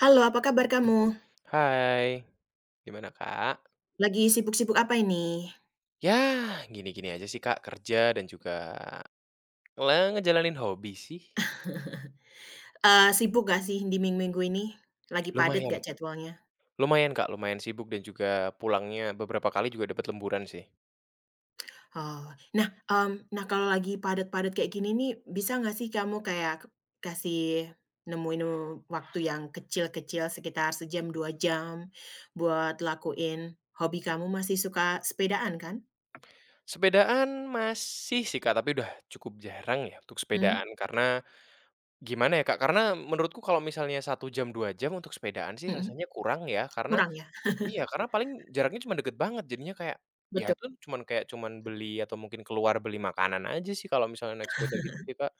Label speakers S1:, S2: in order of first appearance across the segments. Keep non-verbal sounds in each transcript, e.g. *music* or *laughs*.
S1: Halo, apa kabar kamu?
S2: Hai, gimana Kak?
S1: Lagi sibuk-sibuk apa ini?
S2: Ya, gini-gini aja sih Kak, kerja dan juga ngejalanin hobi sih.
S1: Sibuk gak sih di minggu-minggu ini? Lagi padat
S2: Lumayan
S1: gak jadwalnya?
S2: lumayan Kak, lumayan sibuk dan juga pulangnya beberapa kali juga dapat lemburan sih.
S1: Oh, nah, nah kalau lagi padat-padat kayak gini nih, bisa nggak sih kamu kayak kasih nemuin waktu yang kecil-kecil sekitar sejam, 2 jam buat lakuin hobi kamu? Masih suka sepedaan kan?
S2: Sepedaan masih sih Kak, tapi udah cukup jarang ya untuk
S1: Mmm,
S2: sepedaan karena gimana ya Kak, karena menurutku kalau misalnya 1 jam, 2 jam untuk sepedaan sih
S1: mhm,
S2: rasanya kurang ya, karena
S1: kurang ya?
S2: iya, karena paling jaraknya cuma deket banget, jadinya kayak, ya
S1: Betul,
S2: itu cuman kayak cuman beli atau mungkin keluar beli makanan aja sih kalau misalnya naik sepeda gitu sih, Kak.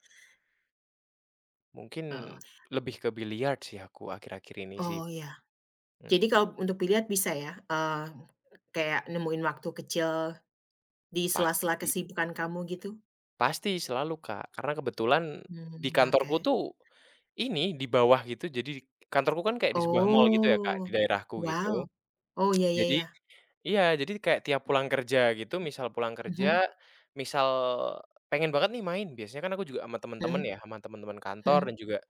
S2: Mungkin
S1: heeh.
S2: lebih ke biliar sih aku akhir-akhir ini sih,
S1: Oh, ya, jadi
S2: mhm.
S1: kalau untuk biliar bisa ya, kayak nemuin waktu kecil di sela-sela
S2: Pasti
S1: kesibukan kamu gitu?
S2: pasti selalu, Kak, karena kebetulan di
S1: Mmm, oke.
S2: kantorku tuh ini di bawah gitu, jadi kantorku kan kayak di sebuah mall gitu ya, Kak, di
S1: Oh,
S2: daerahku gitu.
S1: wow. Oh, ya ya
S2: Jadi
S1: ya.
S2: iya, jadi kayak tiap pulang kerja gitu, misal pulang
S1: Mhm,
S2: kerja, misal pengen banget nih main, biasanya kan aku juga sama temen-temen
S1: mhm
S2: ya, sama temen-temen kantor
S1: mhm
S2: dan juga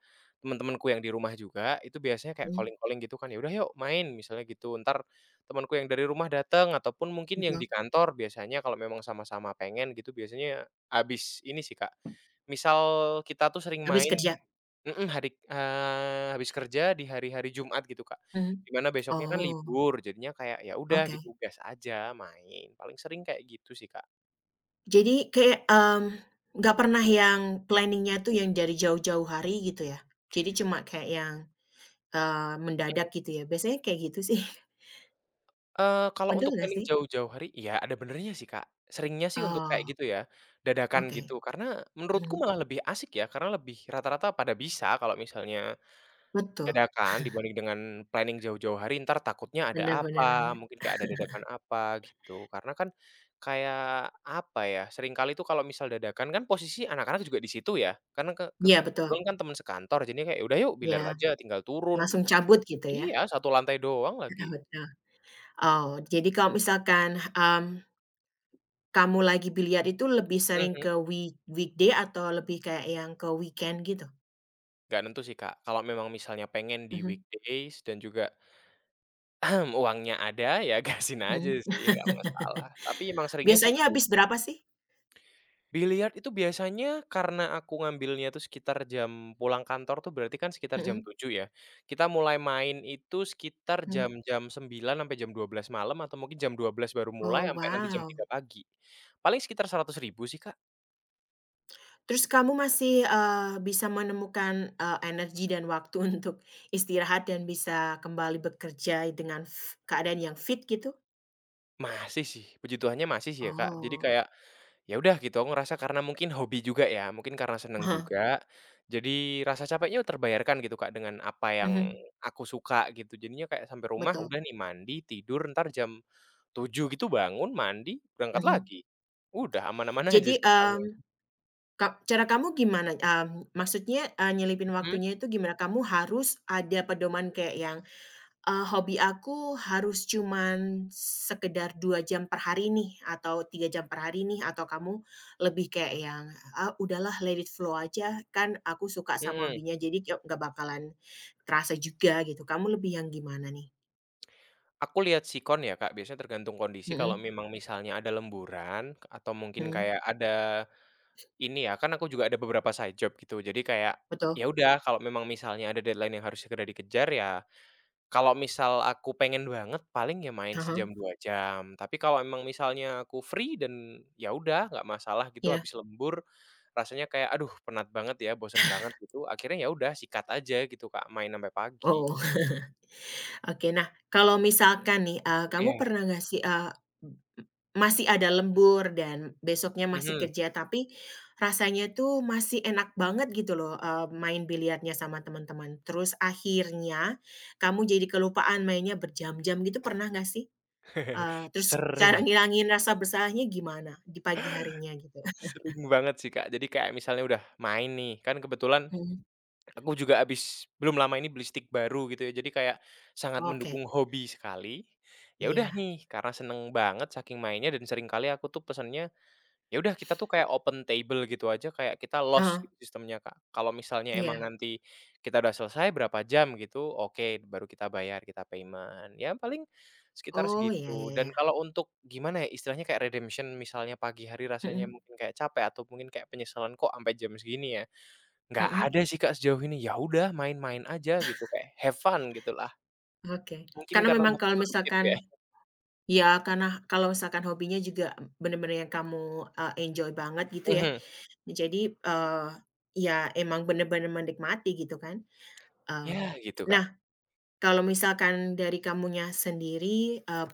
S2: temen-temenku yang di rumah juga, itu biasanya kayak
S1: mhm,
S2: calling-calling gitu kan, "Ya udah yuk main," misalnya gitu. Ntar temanku yang dari rumah datang ataupun mungkin yang di
S1: betul.
S2: kantor biasanya kalau memang sama-sama pengen gitu, biasanya abis ini sih, Kak, misal kita tuh sering
S1: Habis
S2: main.
S1: kerja?
S2: Mhm. Hari habis kerja di hari-hari Jumat gitu, Kak.
S1: Mhm.
S2: Di mana besoknya kan
S1: Oh,
S2: libur, jadinya kayak ya udah
S1: oke.
S2: gitu gas aja main, paling sering kayak gitu sih, Kak.
S1: Jadi kayak, nggak pernah yang planning-nya tuh yang dari jauh-jauh hari gitu ya? Jadi cuma kayak yang, eee, mendadak gitu ya? Biasanya kayak gitu sih, *laughs*
S2: Kalau
S1: bener
S2: untuk
S1: nggak
S2: planning
S1: sih?
S2: jauh-jauh hari, iya ada benernya sih, Kak. Seringnya sih untuk kayak
S1: Oh,
S2: gitu ya, dadakan
S1: oke.
S2: gitu, karena menurutku
S1: Mhm,
S2: malah lebih asik ya, karena lebih rata-rata pada bisa kalau misalnya
S1: betul.
S2: dadakan dibanding dengan planning jauh-jauh hari entar takutnya
S1: Bener
S2: ada
S1: bener
S2: apa,
S1: bener.
S2: mungkin kayak ada dadakan apa gitu. Karena kan kayak apa ya, seringkali tuh kalau misal dadakan kan posisi anak-anak juga di situ ya, karena ke
S1: Iya betul,
S2: kebetulan kan teman sekantor jadinya kayak, "Udah yuk biliar
S1: iya.
S2: aja tinggal turun."
S1: Langsung cabut gitu ya?
S2: Iya, satu lantai doang
S1: Ke
S2: lagi.
S1: hotel. Oh, jadi kalau misalkan, mmm, kamu lagi biliar itu lebih sering
S2: Mhm,
S1: ke weekday atau lebih kayak yang ke weekend gitu?
S2: nggak nentu sih, Kak. Kalau memang misalnya pengen di
S1: Mhm,
S2: weekdays dan juga *clears throat* uangnya ada, ya *laughs* gasin aja
S1: mhm.
S2: sih nggak masalah. Tapi emang
S1: *laughs*
S2: seringnya sih
S1: Biasanya habis berapa sih?
S2: biliar itu biasanya karena aku ngambilnya tuh sekitar jam pulang kantor tuh berarti kan sekitar jam
S1: Mhm,
S2: tujuh ya. Kita mulai main itu sekitar
S1: mhm.
S2: jam-jam 9 sampai jam 12 malam atau mungkin jam 12 baru mulai
S1: Oh,
S2: sampai nanti jam
S1: wow.
S2: tiga pagi. Paling sekitar 100 ribu sih, Kak.
S1: Terus kamu masih, bisa menemukan, energi dan waktu *laughs* untuk istirahat dan bisa kembali bekerja dengan keadaan yang fit gitu?
S2: Masih sih, puji Tuhannya masih sih ya, Kak. Jadi
S1: Oh,
S2: kayak, ya udah gitu aku ngerasa karena mungkin hobi juga ya, mungkin karena seneng
S1: heeh,
S2: juga, jadi rasa capeknya terbayarkan gitu, Kak, dengan apa yang
S1: mhm,
S2: aku suka gitu. Jadinya kayak sampai rumah
S1: betul,
S2: udah nih mandi, tidur, ntar jam 7 gitu bangun, mandi, berangkat
S1: mhm.
S2: lagi. Udah aman-aman *laughs* aja
S1: Jadi,
S2: sih selama ini.
S1: mmm Ka cara kamu gimana, maksudnya, nyelipin
S2: Mhm,
S1: waktunya itu gimana? Kamu harus ada pedoman kayak yang, "Hobi aku harus cuman sekedar 2 jam per hari nih," atau 3 jam per hari nih, atau kamu lebih kayak yang, "Ah, udahlah let it flow aja, kan aku suka sama
S2: mhm.
S1: hobinya jadi kek nggak bakalan terasa juga," gitu. Kamu lebih yang gimana nih?
S2: Aku lihat sikon ya, Kak, biasanya tergantung kondisi kalau
S1: Mhm
S2: memang misalnya ada lemburan atau mungkin
S1: mhm,
S2: kayak ada ini ya, kan aku juga ada beberapa side job gitu. Jadi kayak,
S1: betul,
S2: ya udah kalau memang misalnya ada deadline yang harus segera dikejar ya, kalau misal aku pengen banget paling ya main
S1: heeh,
S2: 1 jam, 2 jam. Tapi kalau emang misalnya aku free dan ya udah nggak masalah gitu
S1: iya,
S2: habis lembur rasanya kayak, aduh penat banget ya, bosen banget gitu, akhirnya ya udah sikat aja gitu, Kak, main sampai pagi.
S1: oh. *laughs* Oke, nah kalau misalkan nih,
S2: Iya,
S1: kamu pernah nggak sih, masih ada lembur dan besoknya masih
S2: mhm.
S1: kerja, tapi rasanya tuh masih enak banget gitu loh, main biliarnya sama teman-teman. Terus akhirnya kamu jadi kelupaan mainnya berjam-jam gitu, pernah nggak sih?
S2: *laughs*
S1: Terus
S2: Sering,
S1: cara ngilangin rasa bersalahnya gimana di pagi harinya gitu?
S2: sering banget sih, Kak. Jadi kayak misalnya udah main nih, kan kebetulan
S1: Mhm,
S2: aku juga abis belum lama ini beli stick baru gitu ya, jadi kayak sangat
S1: oke,
S2: mendukung hobi sekali. Ya udah
S1: iya,
S2: nih, karena seneng banget saking mainnya dan sering kali aku tuh pesennya ya udah kita tuh kayak open table gitu aja, kayak kita lost
S1: heeh,
S2: gitu sistemnya, Kak. Kalau misalnya emang
S1: iya.
S2: nanti kita udah selesai berapa jam gitu, oke baru kita bayar, kita payment. Ya paling sekitar
S1: Oh, iya
S2: segitu.
S1: iya
S2: Dan
S1: iya.
S2: kalau untuk gimana ya, istilahnya kayak redemption misalnya pagi hari rasanya
S1: Mhm,
S2: mungkin kayak capek atau mungkin kayak penyesalan kok sampai jam segini ya, nggak ada
S1: mhm,
S2: sih, Kak, sejauh ini. Ya udah main-main aja gitu, kayak have fun gitu lah.
S1: oke.
S2: Mungkin
S1: Karena
S2: karena
S1: memang
S2: masih
S1: kalau
S2: produktif
S1: misalkan
S2: ya.
S1: Ya karena kalau misalkan hobinya juga bener-bener yang kamu, enjoy banget gitu ya,
S2: Mhm.
S1: jadi, ya emang bener-bener menikmati gitu kan,
S2: Ya
S1: mmm.
S2: gitu, Kak.
S1: Nah, kalau misalkan dari kamunya sendiri, eee,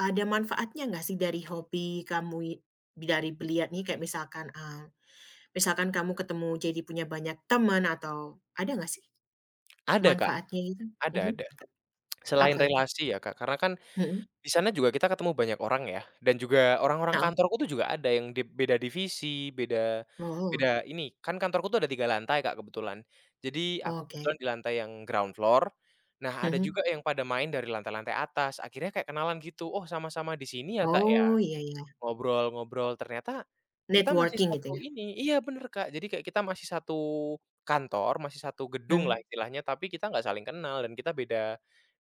S1: ada manfaatnya nggak sih dari hobi kamu i dari beliat nih kayak misalkan kamu ketemu jadi punya banyak teman atau ada nggak sih
S2: Ada, Kak,
S1: manfaatnya gitu?
S2: ada
S1: Mhm,
S2: ada. Selain
S1: apa itu?
S2: relasi ya, Kak, karena kan
S1: Mhm,
S2: di sana juga kita ketemu banyak orang ya, dan juga orang-orang
S1: heeh.
S2: kantorku tuh juga ada yang di beda divisi, beda
S1: Oh,
S2: beda ini, kan kantorku tuh ada 3 lantai Kak, kebetulan. Jadi aku
S1: oke.
S2: kebetulan di lantai yang ground floor, nah ada juga
S1: Mhm.
S2: yang pada main dari lantai-lantai atas, akhirnya kayak kenalan gitu, "Oh sama-sama di sini ya Kak ya?"
S1: Oh, iya iya,
S2: Ngobrol-ngobrol, ternyata kita masih
S1: networking gitu
S2: satu
S1: ya?
S2: ini iya bener Kak, jadi kayak kita masih satu kantor, masih satu gedung lah
S1: Mmm,
S2: istilahnya, tapi kita nggak saling kenal dan kita beda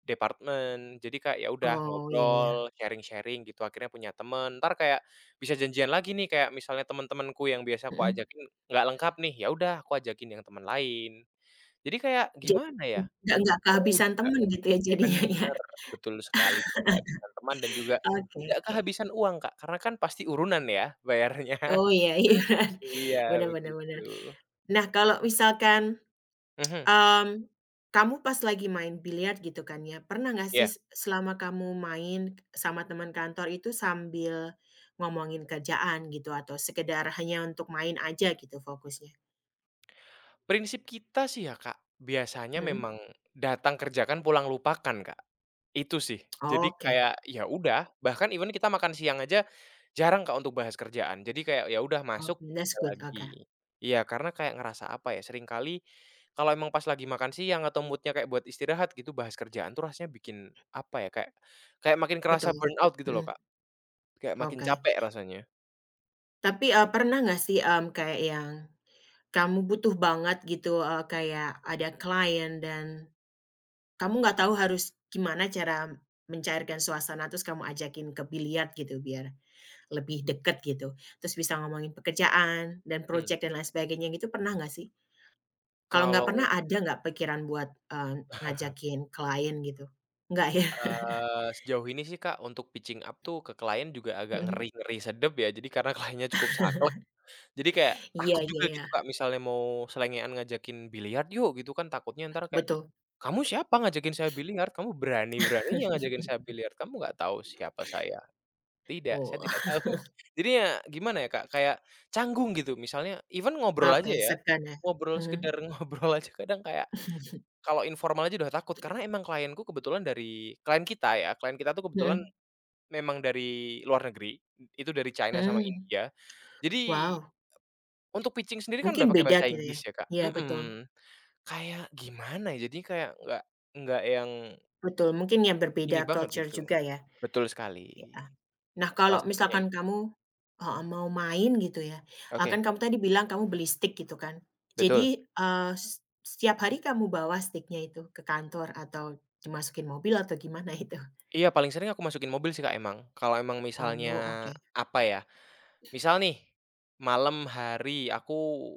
S2: departemen. Jadi kayak ya udah,
S1: oh, iya ya,
S2: ngobrol, sharing-sharing gitu, akhirnya punya temen. Entar kayak bisa janjian lagi nih, kayak misalnya temen-temenku yang biasa aku
S1: mhm.
S2: ajakin nggak lengkap nih, ya udah aku ajakin yang teman lain. Jadi kayak
S1: Jadi
S2: gimana ya,
S1: nggak
S2: seru
S1: kehabisan
S2: juga
S1: temen gitu ya jadinya ya?
S2: bener, betul sekali, tidak kehabisan teman dan juga
S1: Oke
S2: tidak
S1: oke.
S2: kehabisan uang, Kak, karena kan pasti urunan ya bayarnya. *laughs*
S1: Oh, iya iya, *laughs*
S2: Iya
S1: bener bener
S2: begitu.
S1: bener. Nah, kalau misalkan,
S2: Mhm,
S1: mmm, kamu pas lagi main biliar gitu kan ya, pernah nggak sih
S2: iya.
S1: selama kamu main sama teman kantor itu sambil ngomongin kerjaan gitu atau sekedar hanya untuk main aja gitu fokusnya?
S2: Prinsip kita sih ya, Kak, biasanya
S1: Mhm,
S2: memang datang kerjakan pulang lupakan, Kak. Itu sih. Jadi
S1: oke
S2: kayak ya udah, bahkan even kita makan siang aja jarang, Kak, untuk bahas kerjaan. Jadi kayak ya udah
S1: oke,
S2: masuk,
S1: that's
S2: kerja
S1: good, oke,
S2: lagi. Iya, karena kayak ngerasa apa ya, seringkali kalau emang pas lagi makan siang atau moodnya kayak buat istirahat gitu, bahas kerjaan tuh rasanya bikin apa ya, kayak kayak makin kerasa
S1: betul,
S2: burnout gitu loh,
S1: mhm,
S2: Kak. Kayak makin
S1: oke.
S2: capek rasanya.
S1: Tapi, pernah nggak sih, kayak yang kamu butuh banget gitu, kayak ada klien dan kamu nggak tahu harus gimana cara mencairkan suasana, terus kamu ajakin ke biliar gitu biar lebih deket gitu, terus bisa ngomongin pekerjaan dan
S2: Mhm.
S1: project dan lain sebagainya gitu, pernah nggak sih? Kalau nggak
S2: Kalau
S1: pernah, ada nggak pikiran buat, ngajakin klien gitu? Nggak ya? *laughs*
S2: Sejauh ini sih, Kak, untuk pitching up tuh ke klien juga agak
S1: Mhm.
S2: ngeri-ngeri sedep ya. Jadi karena *laughs* kliennya cukup saklek, jadi kayak
S1: Iya
S2: takut
S1: iya
S2: juga
S1: iya,
S2: gitu, Kak, misalnya mau selengean ngajakin biliar yuk gitu kan, takutnya entar kayak,
S1: betul.
S2: "Kamu siapa ngajakin saya biliar? Kamu berani-beraninya ngajakin saya biliar? Kamu nggak tahu siapa saya?" "Tidak, saya
S1: Oh,
S2: tidak tahu."
S1: *laughs*
S2: *laughs* Jadi ya gimana ya, Kak, kayak canggung gitu. Misalnya even ngobrol aja
S1: oke,
S2: ya,
S1: seken ya.
S2: ngobrol
S1: Mhm.
S2: sekedar *laughs* ngobrol aja kadang kayak
S1: *laughs*
S2: kalau informal aja udah takut, karena emang klienku kebetulan dari klien kita ya, klien kita tuh kebetulan
S1: Mhm.
S2: memang dari luar negeri, itu dari China sama
S1: Mmm,
S2: India.
S1: wow.
S2: Jadi, untuk pitching sendiri kan udah
S1: Mungkin
S2: pakai
S1: beda
S2: bahasa
S1: gitu ya?
S2: Inggris ya, Kak,
S1: Iya betul,
S2: mhm. Kayak gimana ya, jadinya kayak nggak yang
S1: betul mungkin yang berbeda
S2: ini banget
S1: culture
S2: gitu.
S1: juga ya?
S2: Betul sekali,
S1: Heeh. Nah
S2: salah
S1: kalau
S2: satunya
S1: misalkan
S2: itu.
S1: kamu heeh, mau main gitu ya, kan
S2: Oke,
S1: kamu tadi bilang kamu beli stick gitu kan?
S2: betul.
S1: Jadi, eee, s setiap hari kamu bawa stick itu ke kantor atau dimasukin mobil atau gimana itu?
S2: Iya, paling sering aku masukin mobil sih, Kak, emang. Kalau emang
S1: Oh
S2: misalnya,
S1: oke,
S2: apa ya, misal nih, malam hari aku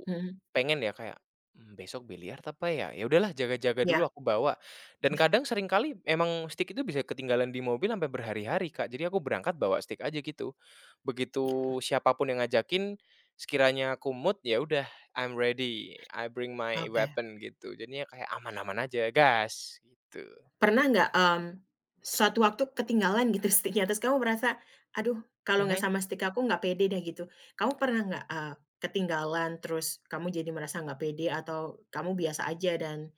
S1: mhm,
S2: pengen ya kayak, besok biliar apa ya? Ya udahlah jaga-jaga dulu
S1: iya
S2: aku bawa, dan kadang seringkali emang stik itu bisa ketinggalan di mobil sampai berhari-hari, Kak. Jadi aku berangkat bawa stik aja gitu. Begitu siapa pun yang ngajakin, sekiranya aku mood, ya udah, I'm ready, I bring my
S1: oke.
S2: weapon gitu. Jadinya kayak aman-aman aja, gas, gitu.
S1: Pernah nggak, suatu waktu ketinggalan gitu *laughs* sticknya, terus kamu merasa, "Aduh, kalau nggak
S2: Mhm.
S1: sama stick aku nggak pede deh," gitu. Kamu pernah nggak, ketinggalan terus kamu jadi merasa nggak pede atau kamu biasa aja dan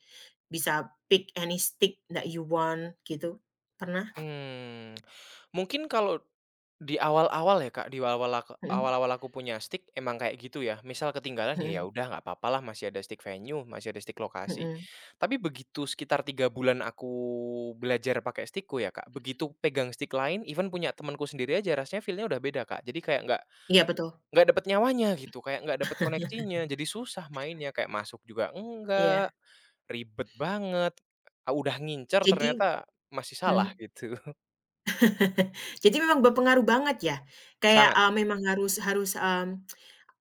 S1: bisa pick any stick that you want gitu? Pernah?
S2: Hmm mungkin kalau di awal-awal ya, Kak, di awal-awal
S1: Mhm
S2: awal-awal aku punya stick emang kayak gitu ya, misal ketinggalan ya ya
S1: mhm
S2: udah nggak apa-apalah masih ada stick venue, masih ada stick lokasi.
S1: mhm.
S2: Tapi begitu sekitar 3 bulan aku belajar pakai stickku ya, Kak, begitu pegang stick lain, even punya temanku sendiri aja rasanya feelnya udah beda, Kak. Jadi kayak
S1: Iya betul,
S2: nggak dapet nyawanya gitu, kayak nggak dapet koneksinya, jadi susah mainnya, kayak masuk juga enggak,
S1: iya.
S2: ribet banget, udah ngincer
S1: Jadi
S2: ternyata masih salah
S1: mhm.
S2: gitu. *laughs*
S1: *laughs* Jadi memang berpengaruh banget ya? Kayak,
S2: Sangat
S1: memang harus harus, mmm,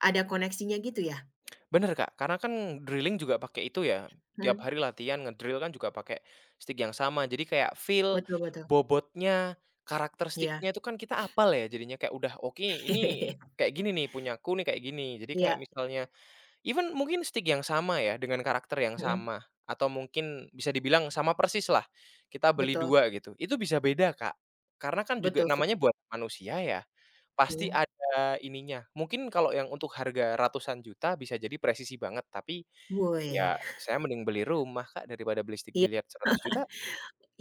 S1: ada koneksinya gitu ya?
S2: bener, Kak, karena kan drilling juga pakai itu ya, tiap
S1: Mhm,
S2: hari latihan ngedrill kan juga pakai stick yang sama. Jadi kayak feel,
S1: betul betul.
S2: bobotnya, karakter
S1: Iya.
S2: sticknya itu kan kita apal ya jadinya kayak udah, "Oke, ini
S1: *laughs*
S2: kayak gini nih, punyaku nih kayak gini." Jadi kayak
S1: Iya.
S2: misalnya even mungkin stick yang sama ya dengan karakter yang
S1: Mhm,
S2: sama atau mungkin bisa dibilang sama persis lah, kita beli
S1: betul
S2: 2 gitu, itu bisa beda, Kak. Karena kan juga
S1: betul sih,
S2: namanya buat manusia ya. Pasti
S1: mhm,
S2: ada ininya. Mungkin kalau yang untuk harga ratusan juta bisa jadi presisi banget, tapi
S1: woi,
S2: ya saya mending beli rumah, Kak, daripada beli stick
S1: iya
S2: biliar 100 juta.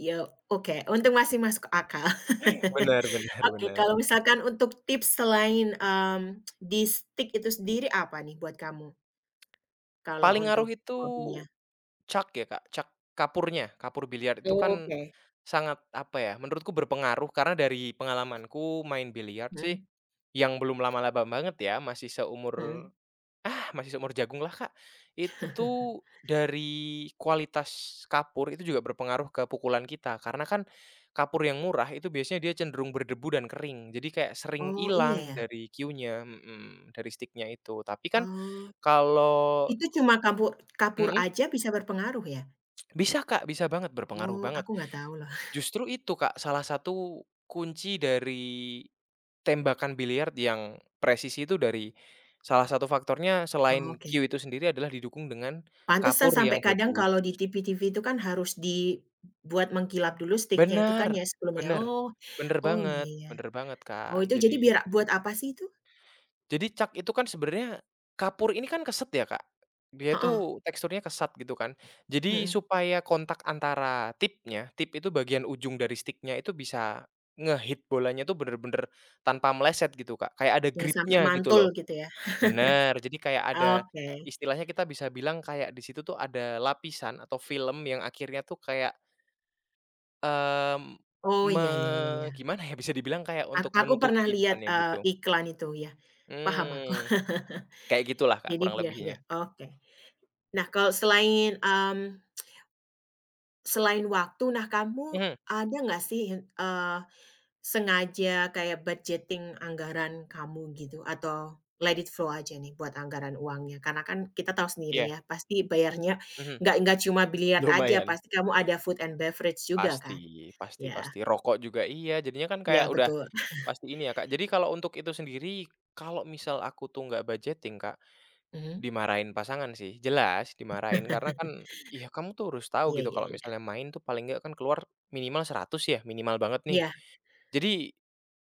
S1: iya, oke, untung masih masuk akal. *laughs*
S2: Benar benar
S1: Oke,
S2: benar.
S1: kalau misalkan untuk tips selain, di stick itu sendiri apa nih buat kamu kalau
S2: Paling ngaruh
S1: untuk
S2: itu
S1: hobinya?
S2: cak ya, Kak, cak kapurnya. Kapur biliar itu kan
S1: Oke,
S2: sangat, apa ya, menurutku berpengaruh karena dari pengalamanku main biliar sih
S1: mhm
S2: yang belum lama-lama banget ya, masih seumur,
S1: mhm.
S2: ah, masih seumur jagung lah, Kak. Itu dari kualitas kapur itu juga berpengaruh ke pukulan kita, karena kan kapur yang murah itu biasanya dia cenderung berdebu dan kering, jadi kayak sering
S1: Oh, iya
S2: hilang
S1: ya?
S2: dari cue-nya, mhm, dari stick-nya itu. Tapi kan
S1: Oh,
S2: kalau
S1: itu cuma kapur kapur
S2: mhm,
S1: aja bisa berpengaruh ya?
S2: bisa, Kak, bisa banget, berpengaruh
S1: Oh,
S2: banget.
S1: aku nggak tahu loh. *laughs*
S2: Justru itu, Kak, salah satu kunci dari tembakan biliar yang presisi itu dari salah satu faktornya
S1: Oh,
S2: selain
S1: oke.
S2: cue itu sendiri adalah didukung dengan
S1: Pantesan
S2: kapur
S1: sampai
S2: yang
S1: kadang
S2: bagus.
S1: kalau di TV-TV itu kan harus dibuat mengkilap dulu steak-nya itu
S2: Benar
S1: kan ya sebelumnya.
S2: benar,
S1: Oh oh iya ya.
S2: benar banget, Kak,
S1: Oh itu
S2: jadi
S1: jadi biar
S2: itu.
S1: buat apa sih itu?
S2: Jadi cak itu kan sebenarnya kapur ini kan keset ya, Kak, dia
S1: Heeh,
S2: itu teksturnya kesat gitu kan. Jadi
S1: mhm,
S2: supaya kontak antara tipnya, tip itu bagian ujung dari sticknya itu bisa ngehit bolanya tuh bener-bener tanpa meleset gitu, Kak, kayak ada
S1: yang sampai
S2: gripnya gitu
S1: mantul
S2: loh.
S1: gitu ya?
S2: Bener, jadi kayak ada
S1: Oke.
S2: istilahnya kita bisa bilang kayak di situ tuh ada lapisan atau film yang akhirnya tuh kayak, mmm,
S1: Oh
S2: me
S1: iya iya iya iya.
S2: gimana ya, bisa dibilang kayak untuk
S1: Aku pernah
S2: menutupi
S1: lihat,
S2: depannya gitu.
S1: iklan itu ya, paham aku.
S2: Mmm,
S1: *laughs*
S2: kayak gitulah Kak,
S1: Jadi
S2: kurang
S1: biar ya
S2: lebihnya.
S1: oke. Nah kalau selain waktu, nah kamu
S2: Mhm,
S1: ada nggak sih, eee, sengaja kayak budgeting anggaran kamu gitu atau let it flow aja nih buat anggaran uangnya? Karena kan kita tahu sendiri
S2: iya,
S1: ya, pasti bayarnya
S2: mhm,
S1: nggak cuma
S2: *laughs*
S1: biliar aja,
S2: lumayan.
S1: pasti kamu ada food and beverage juga kan?
S2: Pasti pasti
S1: Ya,
S2: pasti, rokok juga iya, jadinya kan
S1: ya
S2: kayak udah
S1: betul.
S2: pasti ini ya Kak, jadi kalau untuk itu sendiri, kalau misal aku tuh nggak budgeting Kak.
S1: Mhm.
S2: Dimarahin pasangan sih, jelas dimarahin karena kan,
S1: *laughs*
S2: iya kamu tuh harus tahu
S1: Iya
S2: gitu
S1: iya
S2: kalau
S1: iya.
S2: misalnya main tuh paling nggak kan keluar minimal 100 ya, minimal banget nih.
S1: Iya,
S2: Jadi,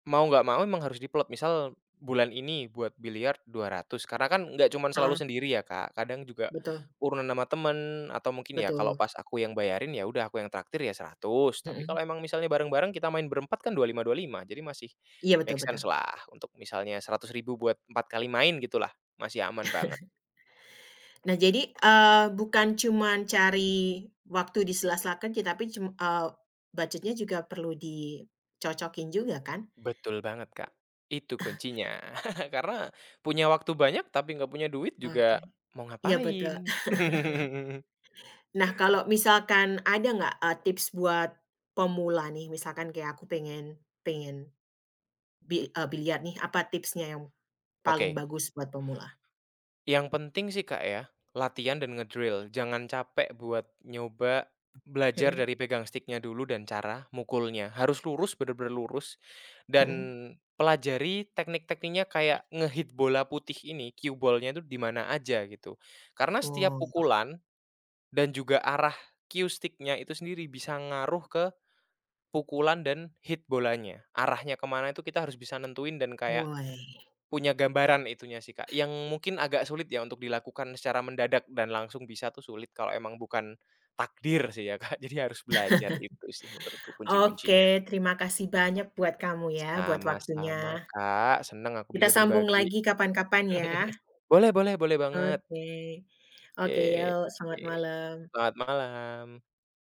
S2: mau nggak mau emang harus diplot, misal bulan ini buat biliar 200 karena kan nggak cuman selalu
S1: heeh,
S2: sendiri ya, Kak, kadang juga
S1: betul
S2: urunan sama temen atau mungkin ya kalau
S1: betul,
S2: pas aku yang bayarin ya udah aku yang traktir ya 100 tapi
S1: mhm.
S2: kalau emang misalnya bareng-bareng kita main berempat kan 25, lima jadi masih
S1: Iya betul
S2: make
S1: betul.
S2: sense lah untuk misalnya 100 ribu buat 4 kali main gitulah, masih aman banget.
S1: Nah jadi, bukan cuman cari waktu di sela-sela kerja, tapi budgetnya juga perlu dicocokin juga kan?
S2: Betul banget, Kak. Itu kuncinya. *laughs* Karena punya waktu banyak tapi nggak punya duit
S1: Oke.
S2: juga mau
S1: Iya betul.
S2: ngapain. *laughs*
S1: Nah, kalau misalkan ada nggak, tips buat pemula nih, misalkan kayak aku pengen pengen bi eee, biliar nih, apa tipsnya yang paling
S2: Oke,
S1: bagus buat pemula?
S2: yang penting sih, Kak, ya, latihan dan ngedrill. Jangan capek buat nyoba belajar
S1: Mhm
S2: dari pegang sticknya dulu dan cara mukulnya. Harus lurus, bener-bener lurus, dan
S1: mhm.
S2: pelajari teknik-tekniknya kayak ngehit bola putih ini, cue ball itu di mana aja gitu. Karena setiap
S1: Oh,
S2: pukulan dan juga arah cue stick-nya itu sendiri bisa ngaruh ke pukulan dan hit bolanya. Arahnya kemana itu kita harus bisa nentuin dan kayak
S1: woi.
S2: punya gambaran itunya sih, Kak, yang mungkin agak sulit ya untuk dilakukan secara mendadak dan langsung bisa tuh sulit kalau emang bukan takdir sih ya, Kak. *laughs* Jadi harus belajar itu sih menurutku
S1: Oke,
S2: kunci-kuncinya.
S1: terima kasih banyak buat kamu ya, buat waktunya.
S2: Sama-sama, Kak, seneng aku
S1: Kita
S2: bisa
S1: sambung
S2: berbagi.
S1: lagi kapan-kapan ya.
S2: *laughs* Boleh boleh boleh banget.
S1: Oke. Oke, yuk, selamat
S2: Oke.
S1: malam.
S2: Selamat malam.